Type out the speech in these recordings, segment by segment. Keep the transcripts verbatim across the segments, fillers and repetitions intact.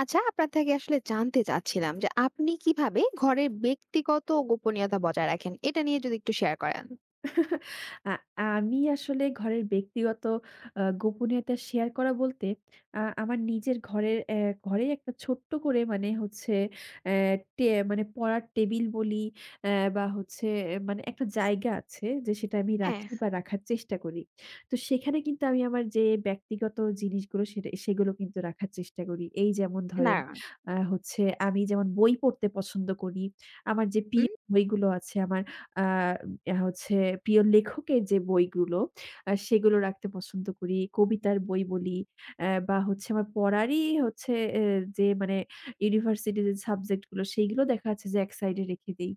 আচ্ছা, আপনার থেকে আসলে জানতে চাচ্ছিলাম যে আপনি কিভাবে ঘরের ব্যক্তিগত গোপনীয়তা বজায় রাখেন? এটা নিয়ে যদি একটু শেয়ার করেন। আ আমি আসলে ঘরের ব্যক্তিগত আ গোপনীয়তা শেয়ার করা বলতে আ আমার নিজের ঘরের অ্যা ঘরেই একটা ছোট্ট করে মানে হচ্ছে অ্যা টে মানে পড়ার টেবিল বলি অ্যা বা হচ্ছে মানে একটা জায়গা আছে যে সেটা আমি হ্যাঁ, রাখি বা রাখার চেষ্টা করি। তো সেখানে কিন্তু আমি আমার যে ব্যক্তিগত জিনিসগুলো সেটা সেগুলো কিন্তু রাখার চেষ্টা করি। এই যেমন ধরেন দাঁড়ান। আ হচ্ছে আমি যেমন বই পড়তে পছন্দ করি। আমার যে প্রিয় বইগুলো আছে আমার আ অ্যা হচ্ছে প্রিয় লেখকের যে বইগুলো আ সেগুলো রাখতে পছন্দ করি। কবিতার বই বলি অ্যা বা হচ্ছে আমার পড়ারই হচ্ছে অ্যা যে মানে ইউনিভার্সিটির যে সাবজেক্ট গুলো সেইগুলো দেখা যাচ্ছে যে এক সাইডে রেখে দেই।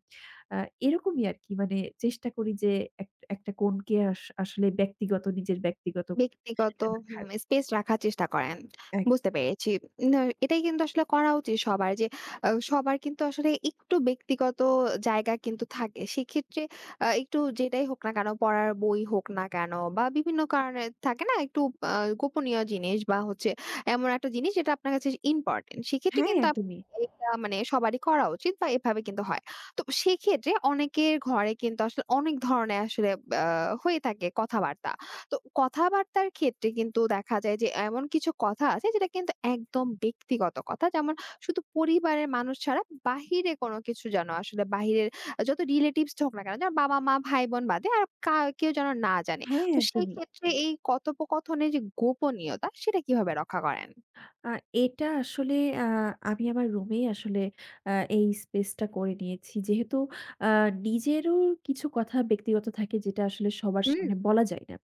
আ এরকমই আরকি মানে চেষ্টা করি যে এক একটা কোণকে আস আসলে ব্যক্তিগত নিজের ব্যক্তিগত ব্যক্তিগত। হুম, রাখার। স্পেস রাখার চেষ্টা করেন। একদম। বুঝতে পেরেছি। না, এটাই কিন্তু আসলে করা উচিত সবার যে আ সবার কিন্তু আসলে একটু ব্যক্তিগত জায়গা কিন্তু থাকে। সেক্ষেত্রে আ একটু যেটাই হোক না কেন, পড়ার বই হোক না কেন বা বিভিন্ন কারণে থাকে না একটু আ গোপনীয় জিনিস বা হচ্ছে এমন একটা জিনিস যেটা আপনার কাছে ইম্পোর্টেন্ট। সেক্ষেত্রে হ্যাঁ, কিন্তু আপ একদমই। এটা মানে সবারই করা উচিত বা এভাবে কিন্তু হয়। তো সেক্ষেত্রে অনেকের ঘরে কিন্তু আসলে অনেক ধরনের আসলে আ হয়ে থাকে কথাবার্তা। তো কথাবার্তার ক্ষেত্রে কিন্তু দেখা যায় যে এমন কিছু কথা আছে যেটা কিন্তু একদম ব্যক্তিগত কথা, যেমন শুধু পরিবারের মানুষ ছাড়া বাহিরে কোনো কিছু যেন আসলে, বাহিরের যত রিলেটিভস হোক না কেন, যেমন বাবা মা ভাই বোন বাদে আর কা- কেউ যেন না জানে। হ্যাঁ, তো সেই একদমই। ক্ষেত্রে এই কথোপকথনের যে গোপনীয়তা সেটা কিভাবে রক্ষা করেন? আ এটা আসলে আ আমি আমার রুমেই আসলে আ এই স্পেসটা করে নিয়েছি। যেহেতু আ নিজেরও কিছু কথা ব্যক্তিগত থাকে যেটা আসলে সবার হুম। সামনে বলা যায় না।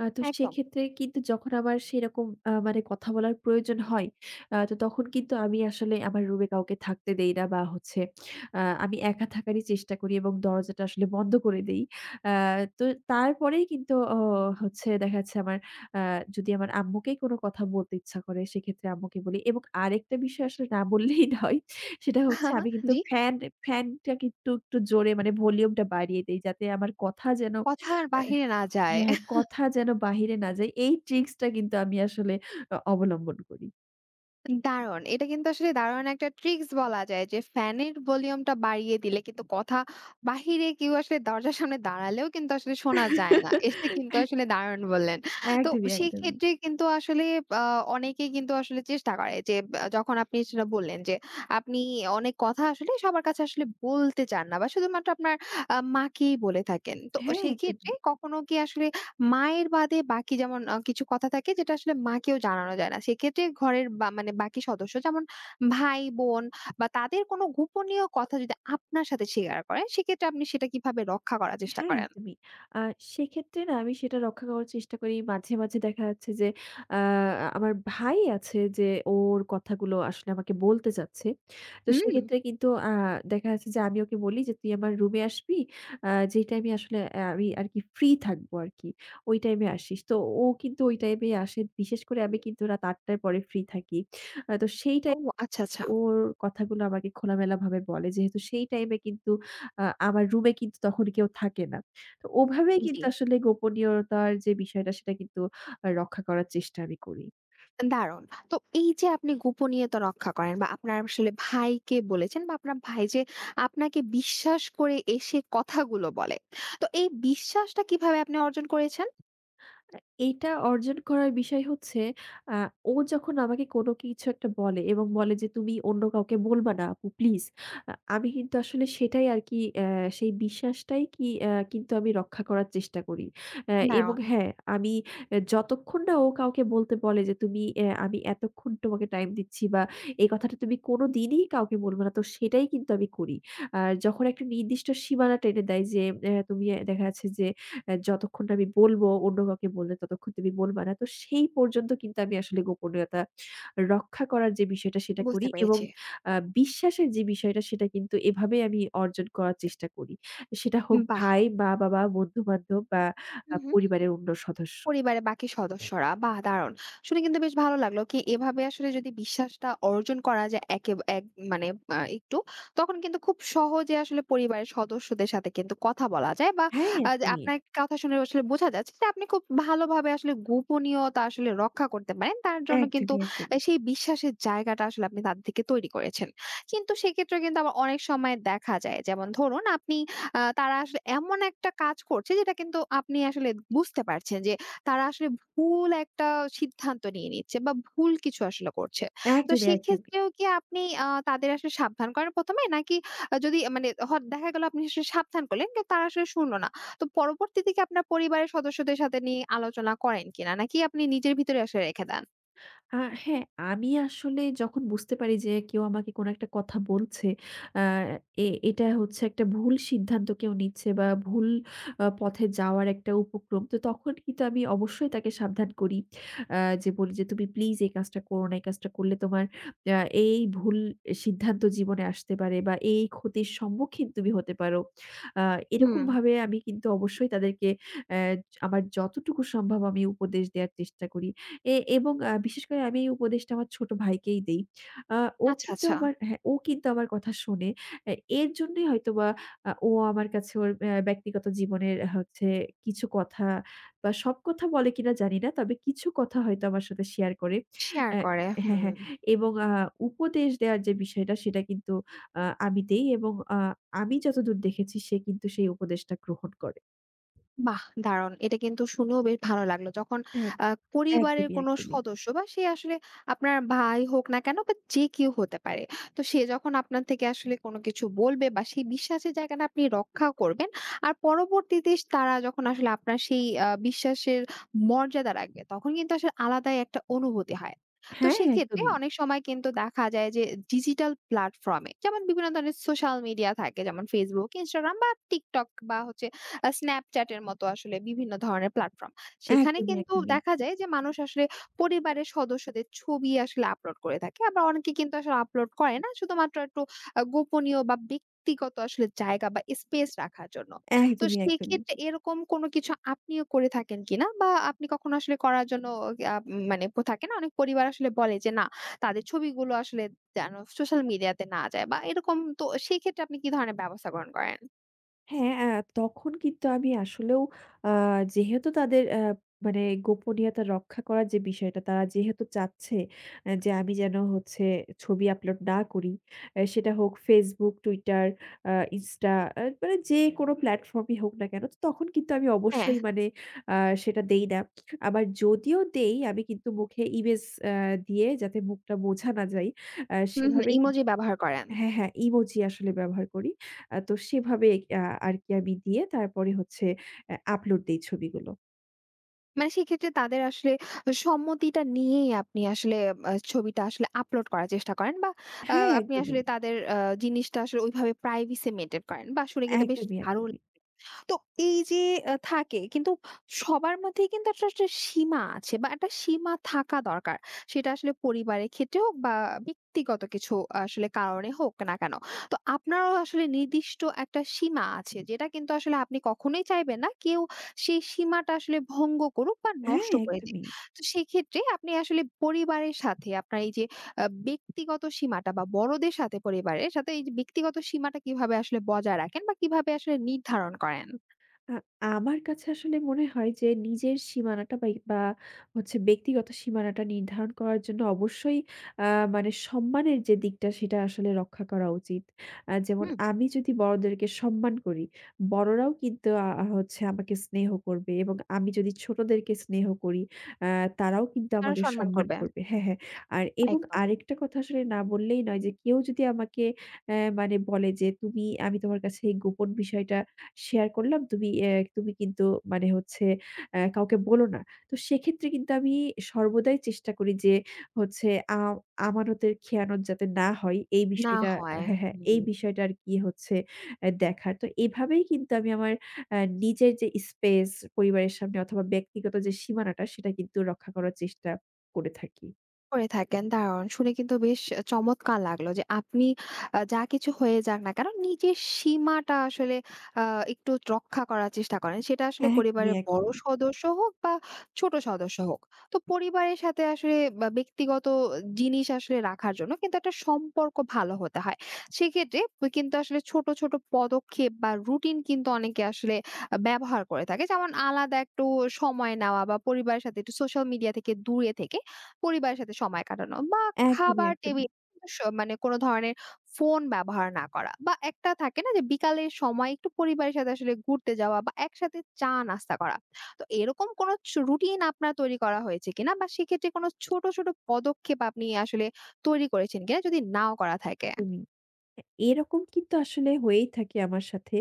আ তো একদম। সেক্ষেত্রে কিন্তু যখন আমার সেরকম আ মানে কথা বলার প্রয়োজন হয়, আ তো তখন কিন্তু আমি আসলে আমার রুমে কাউকে থাকতে দেই না বা হচ্ছে আ আমি একা থাকারই চেষ্টা করি এবং দরজাটা আসলে বন্ধ করে দেই। আ তো তারপরেই কিন্তু অ হচ্ছে দেখা যাচ্ছে আমার আ যদি আমার আম্মুকেই কোনো কথা বলতে ইচ্ছা করে সেক্ষেত্রে আম্মুকে বলি এবং আরেকটা বিষয় আসলে না বললেই নয়। সেটা হচ্ছে আমি কিন্তু জি। ফ্যান ফ্যানটা কিন্তু একটু জোরে মানে ভলিউমটা বাড়িয়ে দেই যাতে আমার কথা যেন কথার আ বাহিরে না যায়। হ্যাঁ, হ্যাঁ, কথা যেন বাহিরে না যায়। এই ট্রিক্সটা কিন্তু আমি আসলে অ অবলম্বন করি। দারুণ! এটা কিন্তু আসলে দারুণ একটা ট্রিকস বলা যায় যে, ফ্যানের ভলিউমটা বাড়িয়ে দিলে কিন্তু কথা বাহিরে, কেউ আসলে দরজার সামনে দাঁড়ালেও কিন্তু আসলে শোনা যায় না। এটা কিন্তু আসলে দারুণ বললেন। তো একদমই, একদমই। সেক্ষেত্রে কিন্তু আসলে আ অনেকেই কিন্তু আসলে চেষ্টা করে যে, বা যখন আপনি সেটা বললেন যে, আপনি অনেক কথা আসলে সবার কাছে আসলে বলতে চান না বা শুধুমাত্র আপনার আ মাকেই বলে থাকেন। তো হ্যাঁ, সেক্ষেত্রে একদমই। কখনো কি আসলে মায়ের বাদে বাকি, যেমন আ কিছু কথা থাকে যেটা আসলে মাকেও জানানো যায় না, সেক্ষেত্রে ঘরের বা মানে বাকি সদস্য, যেমন ভাই, বোন বা তাদের কোনো গোপনীয় কথা যদি আপনার সাথে শেয়ার করে, সেক্ষেত্রে আপনি সেটা কিভাবে রক্ষা করার চেষ্টা হ্যাঁ, করেন? একদমই। আ সেক্ষেত্রে না আমি সেটা রক্ষা করার চেষ্টা করি। মাঝে, মাঝে দেখা যাচ্ছে যে আ আমার ভাই আছে যে ওর কথাগুলো আসলে আমাকে বলতে চাচ্ছে। তো হুম। সেক্ষেত্রে কিন্তু আ দেখা যাচ্ছে যে আমি ওকে বলি যে, "তুই আমার রুমে আসবি। আ যেই টাইমে আসলে আ আমি আরকি ফ্রি থাকবো আরকি। ওই টাইমে আসিস।" তো ও কিন্তু ওই টাইমেই আসে। বিশেষ করে আমি কিন্তু রাত আট টার পরে ফ্রি থাকি। আ তো সেই ও টাইমে আচ্ছা, আচ্ছা। ওর কথাগুলো আমাকে খোলামেলাভাবে বলে। যেহেতু সেই টাইমে কিন্তু আ আমার রুমে কিন্তু তখন কেউ থাকে না। তো ওভাবেই জি, কিন্তু আসলে গোপনীয়তার যে বিষয়টা সেটা কিন্তু আ রক্ষা করার চেষ্টা আমি করি। দারুণ। তো এই যে আপনি গোপনীয়তা রক্ষা করেন বা আপনার আসলে ভাইকে বলেছেন বা আপনার ভাই যে আপনাকে বিশ্বাস করে এসে কথাগুলো বলে, তো এই বিশ্বাসটা কিভাবে আপনি অর্জন করেছেন? এইটা অর্জন করার বিষয় হচ্ছে আ ও যখন আমাকে কোনো কিছু একটা বলে এবং বলে যে, "তুমি অন্য কাউকে বলবা না আপু প্লিজ।" আ আমি কিন্তু আসলে সেটাই আরকি অ্যা সেই বিশ্বাসটাই কি অ্যা কিন্তু আমি রক্ষা করার চেষ্টা করি। অ্যা এবং দারুণ, হ্যাঁ, আমি অ্যা যতক্ষণ না ও কাউকে বলতে বলে যে, "তুমি অ্যা আমি এতক্ষণ তোমাকে টাইম দিচ্ছি বা এই কথাটা তুমি কোনোদিনই কাউকে বলবে না।" তো সেটাই কিন্তু আমি করি। আর যখন একটা নির্দিষ্ট সীমানা টেনে দেয় যে, অ্যা তুমি দেখা যাচ্ছে যে আ যতক্ষণ না আমি বলবো, অন্য কাউকে বললে ততক্ষণ তুমি বলবা না। তো সেই পর্যন্ত কিন্তু আমি আসলে গোপনীয়তা রক্ষা করার যে বিষয়টা সেটা বুঝতে করি এবং পেরেছি। আ বিশ্বাসের যে বিষয়টা সেটা কিন্তু এভাবেই আমি অর্জন করার চেষ্টা করি। সেটা হোক বাহ! ভাই, মা-বাবা, বন্ধু-বান্ধব বা হু, আ হু। পরিবারের অন্য সদস্য। পরিবারের বাকি সদস্যরা, বাহ! দারুণ। শুনে কিন্তু বেশ ভালো লাগলো কি, এভাবে আসলে যদি বিশ্বাসটা অর্জন করা যায় একে এক, মানে আ একটু, তখন কিন্তু খুব সহজে আসলে পরিবারের সদস্যদের সাথে কিন্তু কথা বলা যায় বা হ্যাঁ, আ যে একদমই। আপনার কথা শুনে আসলে বোঝা যাচ্ছে যে আপনি খুব ভালোভাবে আসলে গোপনীয়তা আসলে রক্ষা করতে পারেন। তার জন্য কিন্তু একদমই, আ একদমই। সেই বিশ্বাসের জায়গাটা আসলে আপনি তাদের থেকে তৈরি করেছেন। কিন্তু সেক্ষেত্রে কিন্তু আবার অনেক সময় দেখা যায়, যেমন ধরুন আপনি, আ তারা আসলে এমন একটা কাজ করছে যেটা কিন্তু আপনি আসলে বুঝতে পারছেন যে তারা আসলে ভুল একটা সিদ্ধান্ত নিয়ে নিচ্ছে বা ভুল কিছু আসলে করছে। তো একদমই, একদমই। সেক্ষেত্রেও কি আপনি আ তাদের আসলে সাবধান করেন প্রথম এ? নাকি আ যদি মানে হ দেখা গেল আপনি আসলে সাবধান করলেন কিন্তু তারা আসলে শুনল না? তো পরবর্তীতে কি আপনার পরিবারের সদস্যদের সাথে নিয়ে আলোচনা করেন কিনা? নাকি আপনি নিজের ভিতরে আসলে রেখে দেন? আ হ্যাঁ, আমি আসলে যখন বুঝতে পারি যে কেউ আমাকে কোনো একটা কথা বলছে, আ এ এটা হচ্ছে একটা ভুল সিদ্ধান্ত কেউ নিচ্ছে বা ভুল আ পথে যাওয়ার একটা উপক্রম। তো তখন কিন্তু আমি অবশ্যই তাকে সাবধান করি। আ যে বলি যে, "তুমি প্লিজ এই কাজটা করো না। এই কাজটা করলে তোমার আ এই ভুল সিদ্ধান্ত জীবনে আসতে পারে বা এই ক্ষতির সম্মুখীন তুমি হতে পারো।" আ হুম। এরকমভাবে আমি কিন্তু অবশ্যই তাদেরকে অ্যা আমার যতটুকু সম্ভব আমি উপদেশ দেয়ার চেষ্টা করি। এ এবং আ বিশেষ করে আমি এই উপদেশটা আমার ছোট ভাইকেই দেই। আ ও আচ্ছা, কিন্তু আচ্ছা। আমার হ্যাঁ, ও কিন্তু আমার কথা শোনে। অ্যা এর জন্যই হয়তোবা আ ও আমার কাছে ওর অ্যা ব্যক্তিগত জীবনের হচ্ছে কিছু কথা বা সব কথা বলে কিনা জানি না। তবে কিছু কথা হয়তো আমার সাথে শেয়ার করে। শেয়ার অ্যা করে। হ্যাঁ, হ্যাঁ হুম। এবং আ উপদেশ দেওয়ার যে বিষয়টা সেটা কিন্তু আ আমি দেই এবং আ আমি যতদূর দেখেছি সে কিন্তু সেই উপদেশটা গ্রহণ করে। বাহ! দারুণ। এটা কিন্তু শুনেও বেশ ভালো লাগলো। যখন এক আ পরিবারের একদমই, কোনো একদমই। সদস্য বা সে আসলে আপনার ভাই হোক না কেন বা যে কেউ হতে পারে, তো সে যখন আপনার থেকে আসলে কোনো কিছু বলবে বা সেই বিশ্বাসের জায়গাটা আপনি রক্ষা করবেন, আর পরবর্তীতে তারা যখন আসলে আপনার সেই আ বিশ্বাসের মর্যাদা রাখবে, তখন কিন্তু আসলে আলাদাই একটা অনুভূতি হয়। তো হ্যাঁ, সেক্ষেত্রে একদমই। অনেক সময় কিন্তু দেখা যায় যে ডিজিটাল প্ল্যাটফর্ম এ, যেমন বিভিন্ন ধরনের সোশ্যাল মিডিয়া থাকে যেমন Facebook, Instagram বা TikTok বা হচ্ছে আ Snapchat এর মতো আসলে বিভিন্ন ধরনের প্ল্যাটফর্ম, সেখানে একদমই, কিন্তু একদমই। দেখা যায় যে মানুষ আসলে পরিবারের সদস্যদের ছবি আসলে আপলোড করে থাকে। আবার অনেকে কিন্তু আসলে আপলোড করে না, শুধুমাত্র একটু আ গোপনীয় বা ব্যক্তিগত আসলে জায়গা বা স্পেস রাখার জন্য। তো একদমই, একদমই। সেক্ষেত্রে এরকম কোনো কিছু আপনিও করে থাকেন কিনা? বা আপনি কখনো আসলে করার জন্য, আ মানে প- থাকে না, অনেক পরিবার আসলে বলে যে না, তাদের ছবিগুলো আসলে যেন সোশ্যাল মিডিয়াতে না যায় বা এরকম, তো সেক্ষেত্রে আপনি কি ধরনের ব্যবস্থা গ্রহণ করেন? হ্যাঁ, আ তখন কিন্তু আমি আসলেও আ যেহেতু তাদের আ মানে গোপনীয়তা রক্ষা করার যে বিষয়টা তারা যেহেতু চাচ্ছে আ যে আমি যেন হচ্ছে ছবি আপলোড না করি। আ সেটা হোক Facebook, Twitter, আ Insta আ মানে যেকোনো প্ল্যাটফর্মই হোক না কেন? তো তখন কিন্তু আমি হ্যাঁ। অবশ্যই মানে আ সেটা দেই না। আবার যদিও দেই আমি কিন্তু মুখে ইমেজ আ দিয়ে যাতে মুখটা বোঝা না যায়, আ হুম, হুম। সেভাবেই ইমোজি ব্যবহার করেন। হ্যাঁ, হ্যাঁ, ইমোজি আসলে ব্যবহার করি। আ তো সেভাবে আ আরকি আমি দিয়ে তারপরে হচ্ছে আ আপলোড দেই ছবিগুলো। মানে সেক্ষেত্রে তাদের আসলে সম্মতিটা নিয়েই আপনি আসলে আ ছবিটা আসলে আপলোড করার চেষ্টা করেন বা আ হ্যাঁ, আপনি একদমই। আসলে তাদের আ জিনিসটা আসলে ওইভাবে প্রাইভেসি মেইনটেইন করেন। বা শুনে কিন্তু বেশ একদমই, দারুণ। একদমই। তো এই যে আ থাকে কিন্তু, সবার মধ্যেই কিন্তু একটা, একটা সীমা আছে বা একটা সীমা থাকা দরকার। সেটা আসলে পরিবারের ক্ষেত্রে হোক বা ব্যক্তিগত কিছু আসলে কারণে হোক না কেন। তো আপনারও আসলে নির্দিষ্ট একটা সীমা আছে যেটা কিন্তু আসলে আপনি কখনোই চাইবেন না কেউ সেই সীমাটা আসলে ভঙ্গ করুক বা হ্যাঁ, নষ্ট করে দিক। একদমই। তো সেক্ষেত্রে আপনি আসলে পরিবারের সাথে আপনার এই যে আ ব্যক্তিগত সীমাটা বা বড়দের সাথে পরিবারের সাথে এই যে ব্যক্তিগত সীমাটা কিভাবে আসলে বজায় রাখেন বা কিভাবে আসলে নির্ধারণ করেন? আ আমার কাছে আসলে মনে হয় যে নিজের সীমানাটা বাই বা হচ্ছে ব্যক্তিগত সীমানাটা নির্ধারণ করার জন্য অবশ্যই আ মানে সম্মানের যে দিকটা সেটা আসলে রক্ষা করা উচিত। আ যেমন হুম, আমি যদি বড়দেরকে সম্মান করি, বড়রাও কিন্তু আ আ হচ্ছে আমাকে স্নেহ করবে এবং আমি যদি ছোটদেরকে স্নেহ করি, আ তারাও কিন্তু তারা আমাকে সম্মান সম্মান করবে। করবে হ্যাঁ, হ্যাঁ। আর এবং একদম। আরেকটা কথা আসলে না বললেই নয় যে কেউ যদি আমাকে অ্যা মানে বলে যে, "তুমি আমি তোমার কাছে এই গোপন বিষয়টা শেয়ার করলাম, তুমি অ্যা তুমি কিন্তু মানে হচ্ছে অ্যা কাউকে বলো না। তো সেক্ষেত্রে কিন্তু আমি সর্বদাই চেষ্টা করি যে হচ্ছে আ আমানতের খেয়ানত যাতে না হয় এই না বিষয়টা হয়। হ্যাঁ, হ্যাঁ, এই হুম। বিষয়টা আরকি হচ্ছে অ্যা দেখার। তো এভাবেই কিন্তু আমি আমার অ্যা নিজের যে স্পেস পরিবারের সামনে অথবা ব্যক্তিগত যে সীমানাটা সেটা কিন্তু রক্ষা করার চেষ্টা করে থাকি। করে থাকেন। দারুণ! শুনে কিন্তু বেশ চমৎকার লাগলো যে আপনি আ যা কিছু হয়ে যাক না কেন নিজের সীমাটা আসলে আ একটু রক্ষা করার চেষ্টা করেন, সেটা আসলে একদমই, পরিবারের বড় একদমই। সদস্য হোক বা ছোট সদস্য হোক। তো পরিবারের সাথে আসলে বা ব্যক্তিগত জিনিস আসলে রাখার জন্য কিন্তু একটা সম্পর্ক ভালো হতে হয়। সেক্ষেত্রে কিন্তু আসলে ছোট, ছোট পদক্ষেপ বা রুটিন কিন্তু অনেকে আসলে আ ব্যবহার করে থাকে, যেমন আলাদা একটু সময় নেওয়া বা পরিবারের সাথে একটু সোশ্যাল মিডিয়া থেকে দূরে থেকে পরিবারের সাথে সময় কাটানো বা একদমই, খাবার একদমই। টেবিল স মানে কোন ধরনের ফোন ব্যবহার না করা বা একটা থাকে না যে বিকালের সময় একটু পরিবারের সাথে আসলে ঘুরতে যাওয়া বা একসাথে চা নাস্তা করা। তো এরকম কোন চু রুটিন আপনার তৈরি করা হয়েছে কিনা? বা সেক্ষেত্রে কোন ছোট, ছোট পদক্ষেপ আপনি আসলে তৈরি করেছেন কিনা, যদি নাও করা থাকে? এরকম কিন্তু আসলে হয়েই থাকে আমার সাথে।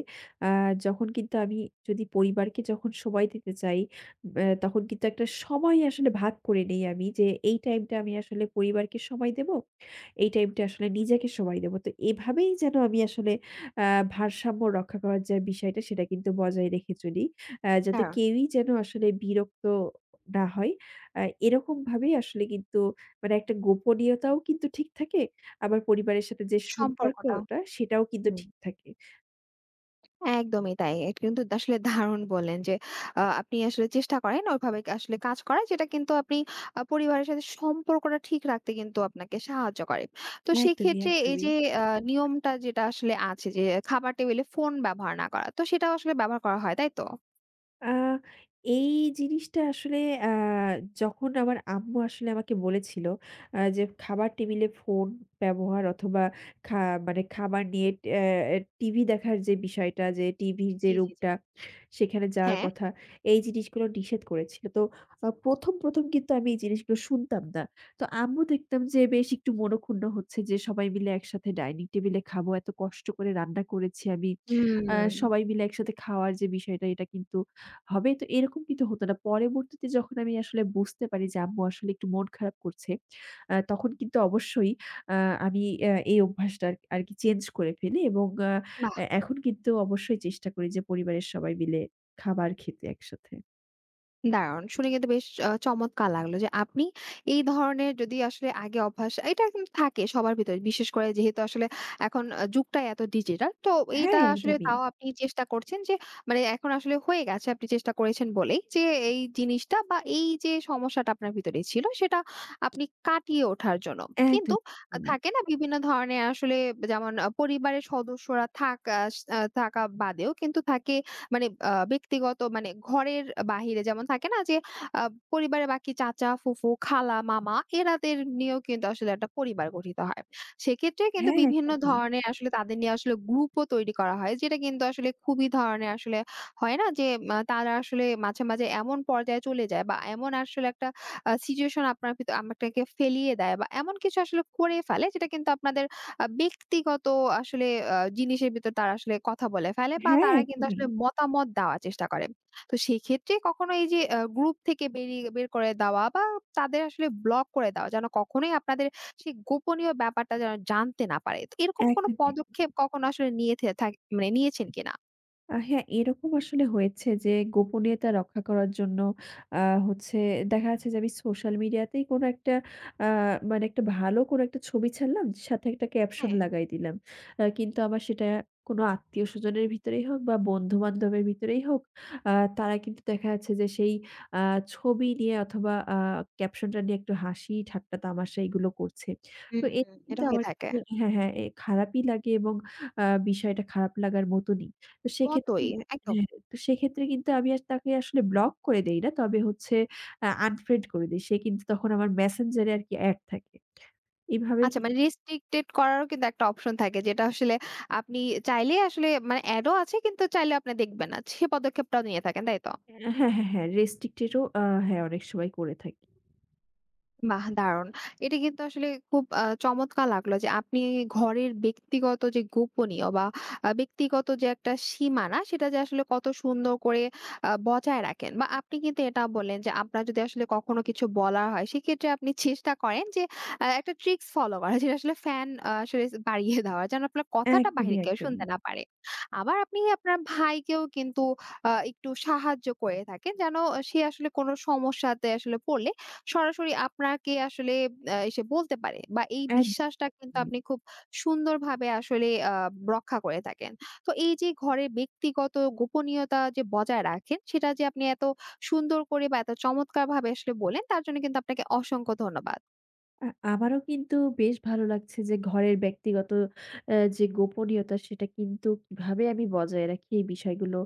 আ যখন কিন্তু আমি যদি পরিবারকে যখন সময় দিতে চাই, অ্যা তখন কিন্তু একটা সময় আসলে ভাগ করে নেই আমি যে, এই টাইমটা আমি আসলে পরিবারকে সময় দেব, এই টাইমটা আসলে নিজেকে সময় দেব। তো এভাবেই যেন আমি আসলে আ ভারসাম্য রক্ষা করার যে বিষয়টা সেটা কিন্তু বজায় রেখে চলি। আ যাতে না। কেউই যেন আসলে বিরক্ত না হয়। আ এরকমভাবেই আসলে কিন্তু মানে একটা গোপনীয়তাও কিন্তু ঠিক থাকে। আবার পরিবারের সাথে যে সম্পর্কটা। সম্পর্কটা সেটাও কিন্তু হুম। ঠিক থাকে। একদমই তাই। এটা কিন্তু আসলে দারুণ বললেন যে আ আপনি আসলে চেষ্টা করেন ওইভাবে আসলে কাজ করার, যেটা কিন্তু আপনি আ পরিবারের সাথে সম্পর্কটা ঠিক রাখতে কিন্তু আপনাকে সাহায্য করে। তো একদমই, সেক্ষেত্রে এই একদমই। যে আ নিয়মটা যেটা আসলে আছে যে খাবার টেবিলে ফোন ব্যবহার না করা, তো সেটাও আসলে ব্যবহার করা হয়, তাই তো? আ এই জিনিসটা আসলে আ যখন আমার আম্মু আসলে আমাকে বলেছিল আ যে, "খাবার টেবিলে ফোন ব্যবহার অথবা খা মানে খাবার নিয়ে অ্যা টিভি দেখার যে বিষয়টা, যে টিভির যে জি, জি, জি। রুমটা, সেখানে যাওয়ার হ্যাঁ। কথা।" এই জিনিসগুলো নিষেধ করেছিল। তো আ ১ম, ১ম কিন্তু আমি এই জিনিসগুলো শুনতাম না। তো আম্মু দেখতাম যে বেশ একটু মনঃক্ষুণ্ণ হচ্ছে যে, "সবাই মিলে একসাথে ডাইনিং টেবিলে খাবো। এত কষ্ট করে রান্না করেছি আমি। আ হুম। সবাই মিলে একসাথে খাওয়ার যে বিষয়টা, এটা কিন্তু হবে। তো এরকম কিন্তু হতো না। পরবর্তীতে যখন আমি আসলে বুঝতে পারি যে আম্মু আসলে একটু মন খারাপ করছে, আ তখন কিন্তু অবশ্যই আ আমি অ্যা এই অভ্যাসটা আর আরকি চেঞ্জ করে ফেলি এবং আ বাহ! এ এখন কিন্তু অবশ্যই চেষ্টা করি যে পরিবারের সবাই মিলে খাবার খেতে একসাথে। দারুণ! শুনে কিন্তু বেশ আ চমৎকার লাগলো যে আপনি এই ধরনের, যদি আসলে আগে অভ্যাস এটা কিন্তু থাকে সবার ভিতরে, বিশেষ করে যেহেতু আসলে এখন আ যুগটাই এত ডিজিটাল। তো এটা হ্যাঁ, আসলে হ্যাঁ। একদমই। তাও আপনি চেষ্টা করছেন যে মানে এখন আসলে হয়ে গেছে, আপনি চেষ্টা করেছেন বলেই যে এই জিনিসটা বা এই যে সমস্যাটা আপনার ভিতরে ছিল সেটা আপনি কাটিয়ে ওঠার জন্য। কিন্তু একদমই, আ একদমই। থাকে না বিভিন্ন ধরনের আসলে, যেমন আ পরিবারের সদস্যরা থাকা আ থাকা বাদেও কিন্তু থাকে মানে আ ব্যক্তিগত মানে ঘরের বাহিরে যেমন থাকে না, যে আ পরিবারের বাকি চাচা, ফুফু, খালা, মামা এরাদের নিয়েও কিন্তু আসলে একটা পরিবার গঠিত হয়। সেক্ষেত্রে কিন্তু হ্যাঁ, বিভিন্ন একদমই। ধরনের আসলে তাদের নিয়ে আসলে গ্রুপও তৈরি করা হয়, যেটা কিন্তু আসলে খুবই ধরনের আসলে হয় না যে আ তারা আসলে মাঝে, মাঝে এমন পর্যায়ে চলে যায় বা এমন আসলে একটা আ সিচুয়েশন আপনার ভিতর আপনাকে ফেলিয়ে দেয় বা এমন কিছু আসলে করে ফেলে যেটা কিন্তু আপনাদের আ ব্যক্তিগত আসলে আ জিনিসের ভিতর তারা আসলে কথা বলে ফেলে বা হ্যাঁ, তারা কিন্তু একদমই। আসলে মতামত দেওয়ার চেষ্টা করে। তো সেক্ষেত্রে কখনো এই যে আ গ্রুপ থেকে বেরিয়ে বের করে দেওয়া বা তাদের আসলে ব্লক করে দেওয়া যেন কখনোই আপনাদের সেই গোপনীয় ব্যাপারটা যেন জানতে না পারে, তো এরকম কোনো একদমই। পদক্ষেপ কখনো আসলে নিয়ে থে থাক মানে নিয়েছেন কিনা? আ হ্যাঁ, এরকম আসলে হয়েছে যে গোপনীয়তা রক্ষা করার জন্য আ হচ্ছে দেখা যাচ্ছে যে আমি সোশ্যাল মিডিয়াতেই কোনো একটা আ মানে একটা ভালো কোনো একটা ছবি ছাড়লাম, সাথে একটা ক্যাপশন হ্যাঁ, লাগাই দিলাম। আ কিন্তু আমার সেটা কোনো আত্মীয়স্বজনের ভিতরেই হোক বা বন্ধু-বান্ধবের ভিতরেই হোক, আ তারা কিন্তু দেখা যাচ্ছে যে সেই আ ছবি নিয়ে অথবা আ ক্যাপশনটা নিয়ে একটু হাসি, ঠাট্টা, তামাশা এগুলো করছে। তো হুম, এটা এটা কিন্তু হয়ে আমার থাকে। কাছে হ্যাঁ, হ্যাঁ, এ খারাপই লাগে এবং আ বিষয়টা খারাপ লাগার মতনই। তো সেক্ষেত্রে মতই, কিন একদম। হ্যাঁ, তো সেক্ষেত্রে কিন্তু আমি আস তাকে আসলে ব্লক করে দেই না। তবে হচ্ছে আ আনফ্রেন্ড করে দেই। সে কিন্তু তখন আমার মেসেঞ্জার এ আরকি অ্যাড থাকে। এভাবে আচ্ছা, কি মানে রেস্ট্রিক্টেড করারও কিন্তু একটা অপশন থাকে যেটা আসলে আপনি চাইলে আসলে, মানে এড ও আছে কিন্তু চাইলে আপনি দেখবেন না, সে পদক্ষেপটাও নিয়ে থাকেন, তাই তো? হ্যাঁ, হ্যাঁ, হ্যাঁ, রেস্ট্রিক্টেড ও আ হ্যাঁ, অনেক সময় করে থাকি। বাহ! দারুণ। এটা কিন্তু আসলে খুব আ চমৎকার লাগলো যে আপনি ঘরের ব্যক্তিগত যে গোপনীয় বা আ ব্যক্তিগত যে একটা সীমানা সেটা যে আসলে কত সুন্দর করে আ বজায় রাখেন বা আপনি কিন্তু এটা বললেন যে আপনার যদি আসলে কখনো কিছু বলা হয় সেক্ষেত্রে আপনি চেষ্টা করেন যে আ একটা ট্রিকস ফলো করা, যেটা আসলে ফ্যান আ আসলে বাড়িয়ে দেওয়া যেন আপনার কথাটা একদমই, বাহিরে কেউ শুনতে একদমই, না পারে। আবার আপনি আপনার ভাইকেও কিন্তু আ একটু সাহায্য করে থাকেন যেন সে আসলে কোনো সমস্যাতে আসলে পড়লে সরাসরি আপনাকে আসলে আ এসে বলতে পারে বা এই বিশ্বাসটা কিন্তু একদমই। আপনি খুব সুন্দরভাবে আসলে আ রক্ষা করে থাকেন। তো এই যে ঘরের ব্যক্তিগত গোপনীয়তা যে বজায় রাখেন, সেটা যে আপনি এত সুন্দর করে বা এত চমৎকারভাবে আসলে বললেন, তার জন্য কিন্তু আপনাকে অসংখ্য ধন্যবাদ। আ আমারও কিন্তু বেশ ভালো লাগছে যে ঘরের ব্যক্তিগত অ্যা যে গোপনীয়তা সেটা কিন্তু কিভাবে আমি বজায় রাখি এই বিষয়গুলো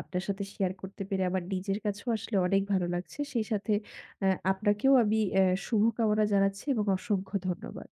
আপনার সাথে শেয়ার করতে পেরে আমার নিজের কাছেও আসলে অনেক ভালো লাগছে। সেই সাথে অ্যা আপনাকেও আমি অ্যা শুভকামনা জানাচ্ছি এবং অসংখ্য ধন্যবাদ।